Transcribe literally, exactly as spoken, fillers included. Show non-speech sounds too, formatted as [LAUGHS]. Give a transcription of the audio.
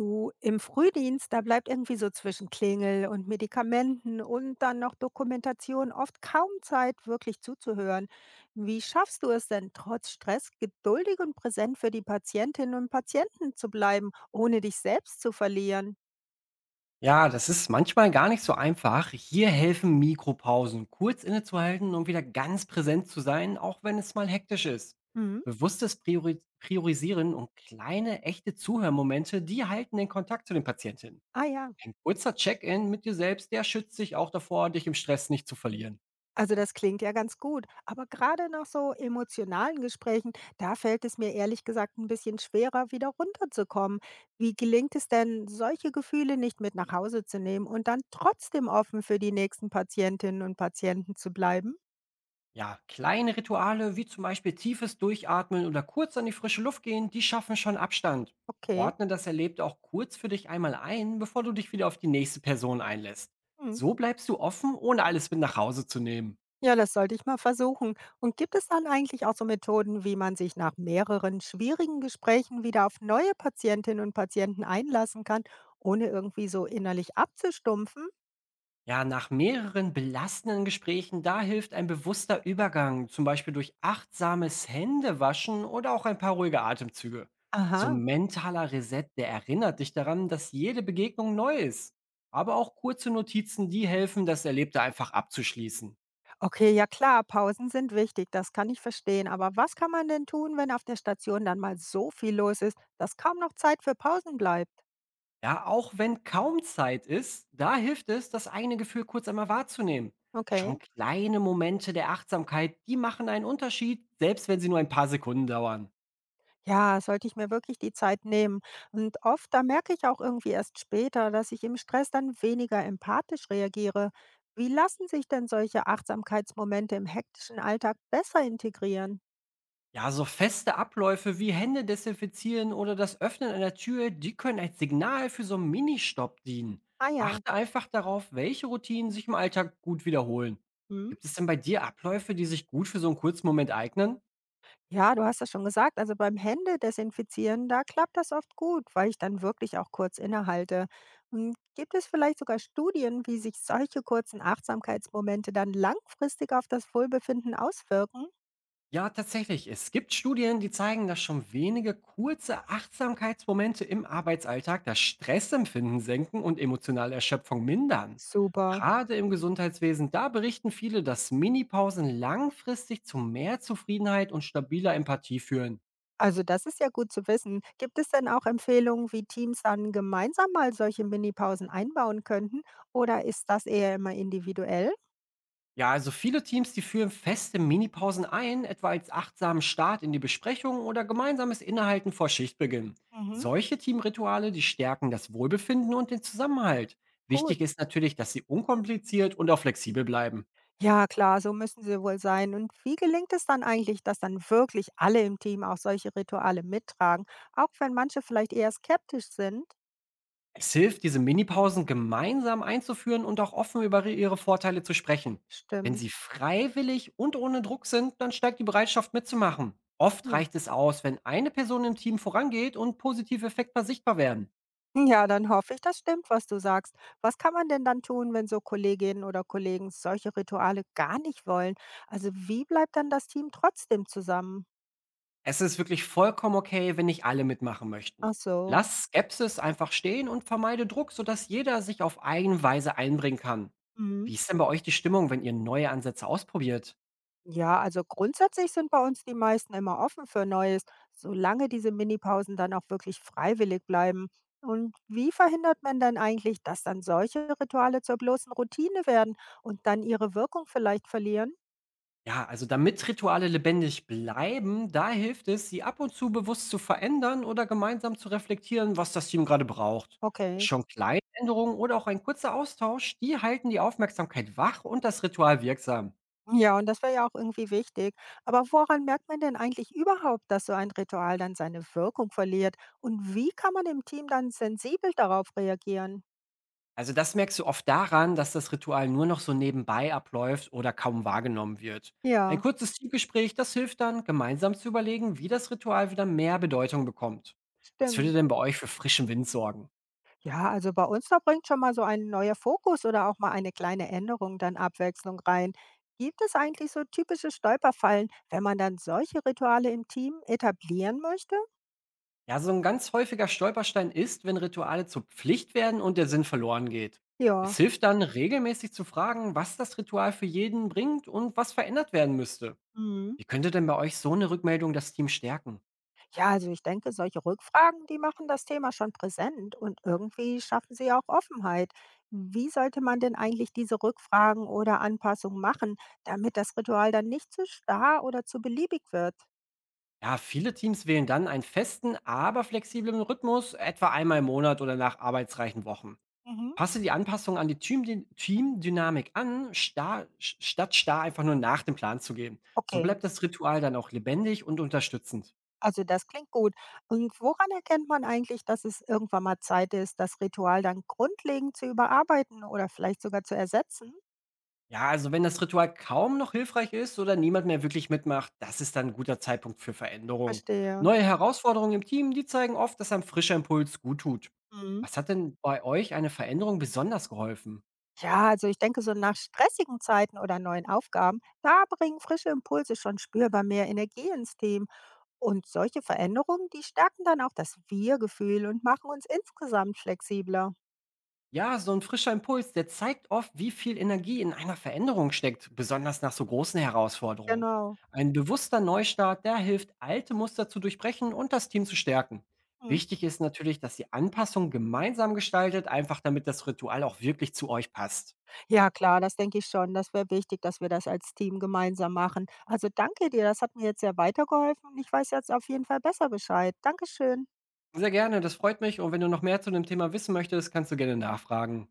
Du, im Frühdienst, da bleibt irgendwie so zwischen Klingel und Medikamenten und dann noch Dokumentation oft kaum Zeit, wirklich zuzuhören. Wie schaffst du es denn, trotz Stress geduldig und präsent für die Patientinnen und Patienten zu bleiben, ohne dich selbst zu verlieren? Ja, das ist manchmal gar nicht so einfach. Hier helfen Mikropausen, kurz innezuhalten und wieder ganz präsent zu sein, auch wenn es mal hektisch ist. Mhm. Bewusstes Priori Priorisieren und kleine, echte Zuhörmomente, die halten den Kontakt zu den Patientinnen. Ah ja. Ein kurzer Check-in mit dir selbst, der schützt dich auch davor, dich im Stress nicht zu verlieren. Also das klingt ja ganz gut, aber gerade nach so emotionalen Gesprächen, da fällt es mir ehrlich gesagt ein bisschen schwerer, wieder runterzukommen. Wie gelingt es denn, solche Gefühle nicht mit nach Hause zu nehmen und dann trotzdem offen für die nächsten Patientinnen und Patienten zu bleiben? Ja, kleine Rituale wie zum Beispiel tiefes Durchatmen oder kurz an die frische Luft gehen, die schaffen schon Abstand. Okay. Ordne das Erlebte auch kurz für dich einmal ein, bevor du dich wieder auf die nächste Person einlässt. Hm. So bleibst du offen, ohne alles mit nach Hause zu nehmen. Ja, das sollte ich mal versuchen. Und gibt es dann eigentlich auch so Methoden, wie man sich nach mehreren schwierigen Gesprächen wieder auf neue Patientinnen und Patienten einlassen kann, ohne irgendwie so innerlich abzustumpfen? Ja, nach mehreren belastenden Gesprächen, da hilft ein bewusster Übergang, zum Beispiel durch achtsames Händewaschen oder auch ein paar ruhige Atemzüge. So Aha. ein mentaler Reset, der erinnert dich daran, dass jede Begegnung neu ist. Aber auch kurze Notizen, die helfen, das Erlebte einfach abzuschließen. Okay, ja klar, Pausen sind wichtig, das kann ich verstehen. Aber was kann man denn tun, wenn auf der Station dann mal so viel los ist, dass kaum noch Zeit für Pausen bleibt? Ja, auch wenn kaum Zeit ist, da hilft es, das eigene Gefühl kurz einmal wahrzunehmen. Okay, Schon kleine Momente der Achtsamkeit, die machen einen Unterschied, selbst wenn sie nur ein paar Sekunden dauern. ja, sollte ich mir wirklich die Zeit nehmen. Und oft, da merke ich auch irgendwie erst später, dass ich im Stress dann weniger empathisch reagiere. Wie lassen sich denn solche Achtsamkeitsmomente im hektischen Alltag besser integrieren? Ja, so feste Abläufe wie Hände desinfizieren oder das Öffnen einer Tür, die können als Signal für so einen Ministopp dienen. Ah ja. Achte einfach darauf, welche Routinen sich im Alltag gut wiederholen. Hm? Gibt es denn bei dir Abläufe, die sich gut für so einen kurzen Moment eignen? Ja, du hast das schon gesagt. Also beim Händedesinfizieren, da klappt das oft gut, weil ich dann wirklich auch kurz innehalte. Und gibt es vielleicht sogar Studien, wie sich solche kurzen Achtsamkeitsmomente dann langfristig auf das Wohlbefinden auswirken? Ja, tatsächlich. Es gibt Studien, die zeigen, dass schon wenige kurze Achtsamkeitsmomente im Arbeitsalltag das Stressempfinden senken und emotionale Erschöpfung mindern. Super. Gerade im Gesundheitswesen, da berichten viele, dass Minipausen langfristig zu mehr Zufriedenheit und stabiler Empathie führen. Also das ist ja gut zu wissen. Gibt es denn auch Empfehlungen, wie Teams dann gemeinsam mal solche Minipausen einbauen könnten? Oder ist das eher immer individuell? Ja, also viele Teams, die führen feste Minipausen ein, etwa als achtsamen Start in die Besprechung oder gemeinsames Innehalten vor Schichtbeginn. Mhm. Solche Teamrituale, die stärken das Wohlbefinden und den Zusammenhalt. Gut. Wichtig ist natürlich, dass sie unkompliziert und auch flexibel bleiben. Ja, klar, so müssen sie wohl sein. Und wie gelingt es dann eigentlich, dass dann wirklich alle im Team auch solche Rituale mittragen, auch wenn manche vielleicht eher skeptisch sind? Es hilft, diese Minipausen gemeinsam einzuführen und auch offen über ihre Vorteile zu sprechen. Wenn Stimmt. sie freiwillig und ohne Druck sind, dann steigt die Bereitschaft mitzumachen. Oft Hm. [LAUGHS] reicht es aus, wenn eine Person im Team vorangeht und positive Effekte sichtbar werden. Ja, dann hoffe ich, das stimmt, was du sagst. Was kann man denn dann tun, wenn so Kolleginnen oder Kollegen solche Rituale gar nicht wollen? Also wie bleibt dann das Team trotzdem zusammen? Es ist wirklich vollkommen okay, wenn nicht alle mitmachen möchten. Ach so. Lass Skepsis einfach stehen und vermeide Druck, sodass jeder sich auf eigene Weise einbringen kann. Mhm. Wie ist denn bei euch die Stimmung, wenn ihr neue Ansätze ausprobiert? Ja, also grundsätzlich sind bei uns die meisten immer offen für Neues, solange diese Minipausen dann auch wirklich freiwillig bleiben. Und wie verhindert man dann eigentlich, dass dann solche Rituale zur bloßen Routine werden und dann ihre Wirkung vielleicht verlieren? Ja, also damit Rituale lebendig bleiben, da hilft es, sie ab und zu bewusst zu verändern oder gemeinsam zu reflektieren, was das Team gerade braucht. Okay. Schon kleine Änderungen oder auch ein kurzer Austausch, die halten die Aufmerksamkeit wach und das Ritual wirksam. Ja, und das wäre ja auch irgendwie wichtig. Aber woran merkt man denn eigentlich überhaupt, dass so ein Ritual dann seine Wirkung verliert? Und wie kann man im Team dann sensibel darauf reagieren? Also das merkst du oft daran, dass das Ritual nur noch so nebenbei abläuft oder kaum wahrgenommen wird. Ein Ja, kurzes Teamgespräch, das hilft dann, gemeinsam zu überlegen, wie das Ritual wieder mehr Bedeutung bekommt. Was würde stimmt. denn bei euch für frischen Wind sorgen? Ja, also bei uns, da bringt schon mal so ein neuer Fokus oder auch mal eine kleine Änderung dann Abwechslung rein. Gibt es eigentlich so typische Stolperfallen, wenn man dann solche Rituale im Team etablieren möchte? Ja, so ein ganz häufiger Stolperstein ist, wenn Rituale zur Pflicht werden und der Sinn verloren geht. Ja. Es hilft dann, regelmäßig zu fragen, was das Ritual für jeden bringt und was verändert werden müsste. Mhm. Wie könnte denn bei euch so eine Rückmeldung das Team stärken? Ja, also ich denke, solche Rückfragen, die machen das Thema schon präsent und irgendwie schaffen sie auch Offenheit. Wie sollte man denn eigentlich diese Rückfragen oder Anpassungen machen, damit das Ritual dann nicht zu starr oder zu beliebig wird? Ja, viele Teams wählen dann einen festen, aber flexiblen Rhythmus, etwa einmal im Monat oder nach arbeitsreichen Wochen. Mhm. Passe die Anpassung an die Team- Teamdynamik an, starr, sch- statt starr einfach nur nach dem Plan zu gehen. So Okay. bleibt das Ritual dann auch lebendig und unterstützend. Also das klingt gut. Und woran erkennt man eigentlich, dass es irgendwann mal Zeit ist, das Ritual dann grundlegend zu überarbeiten oder vielleicht sogar zu ersetzen? Ja, also wenn das Ritual kaum noch hilfreich ist oder niemand mehr wirklich mitmacht, das ist dann ein guter Zeitpunkt für Veränderungen. Verstehe. Neue Herausforderungen im Team, die zeigen oft, dass ein frischer Impuls gut tut. Mhm. Was hat denn bei euch eine Veränderung besonders geholfen? Ja, also ich denke, so nach stressigen Zeiten oder neuen Aufgaben, da bringen frische Impulse schon spürbar mehr Energie ins Team. Und solche Veränderungen, die stärken dann auch das Wir-Gefühl und machen uns insgesamt flexibler. Ja, so ein frischer Impuls, der zeigt oft, wie viel Energie in einer Veränderung steckt, besonders nach so großen Herausforderungen. Genau. Ein bewusster Neustart, der hilft, alte Muster zu durchbrechen und das Team zu stärken. Mhm. Wichtig ist natürlich, dass die Anpassung gemeinsam gestaltet, einfach damit das Ritual auch wirklich zu euch passt. Ja klar, das denke ich schon. Das wäre wichtig, dass wir das als Team gemeinsam machen. Also danke dir, das hat mir jetzt sehr weitergeholfen und ich weiß jetzt auf jeden Fall besser Bescheid. Dankeschön. Sehr gerne, das freut mich, und wenn du noch mehr zu dem Thema wissen möchtest, kannst du gerne nachfragen.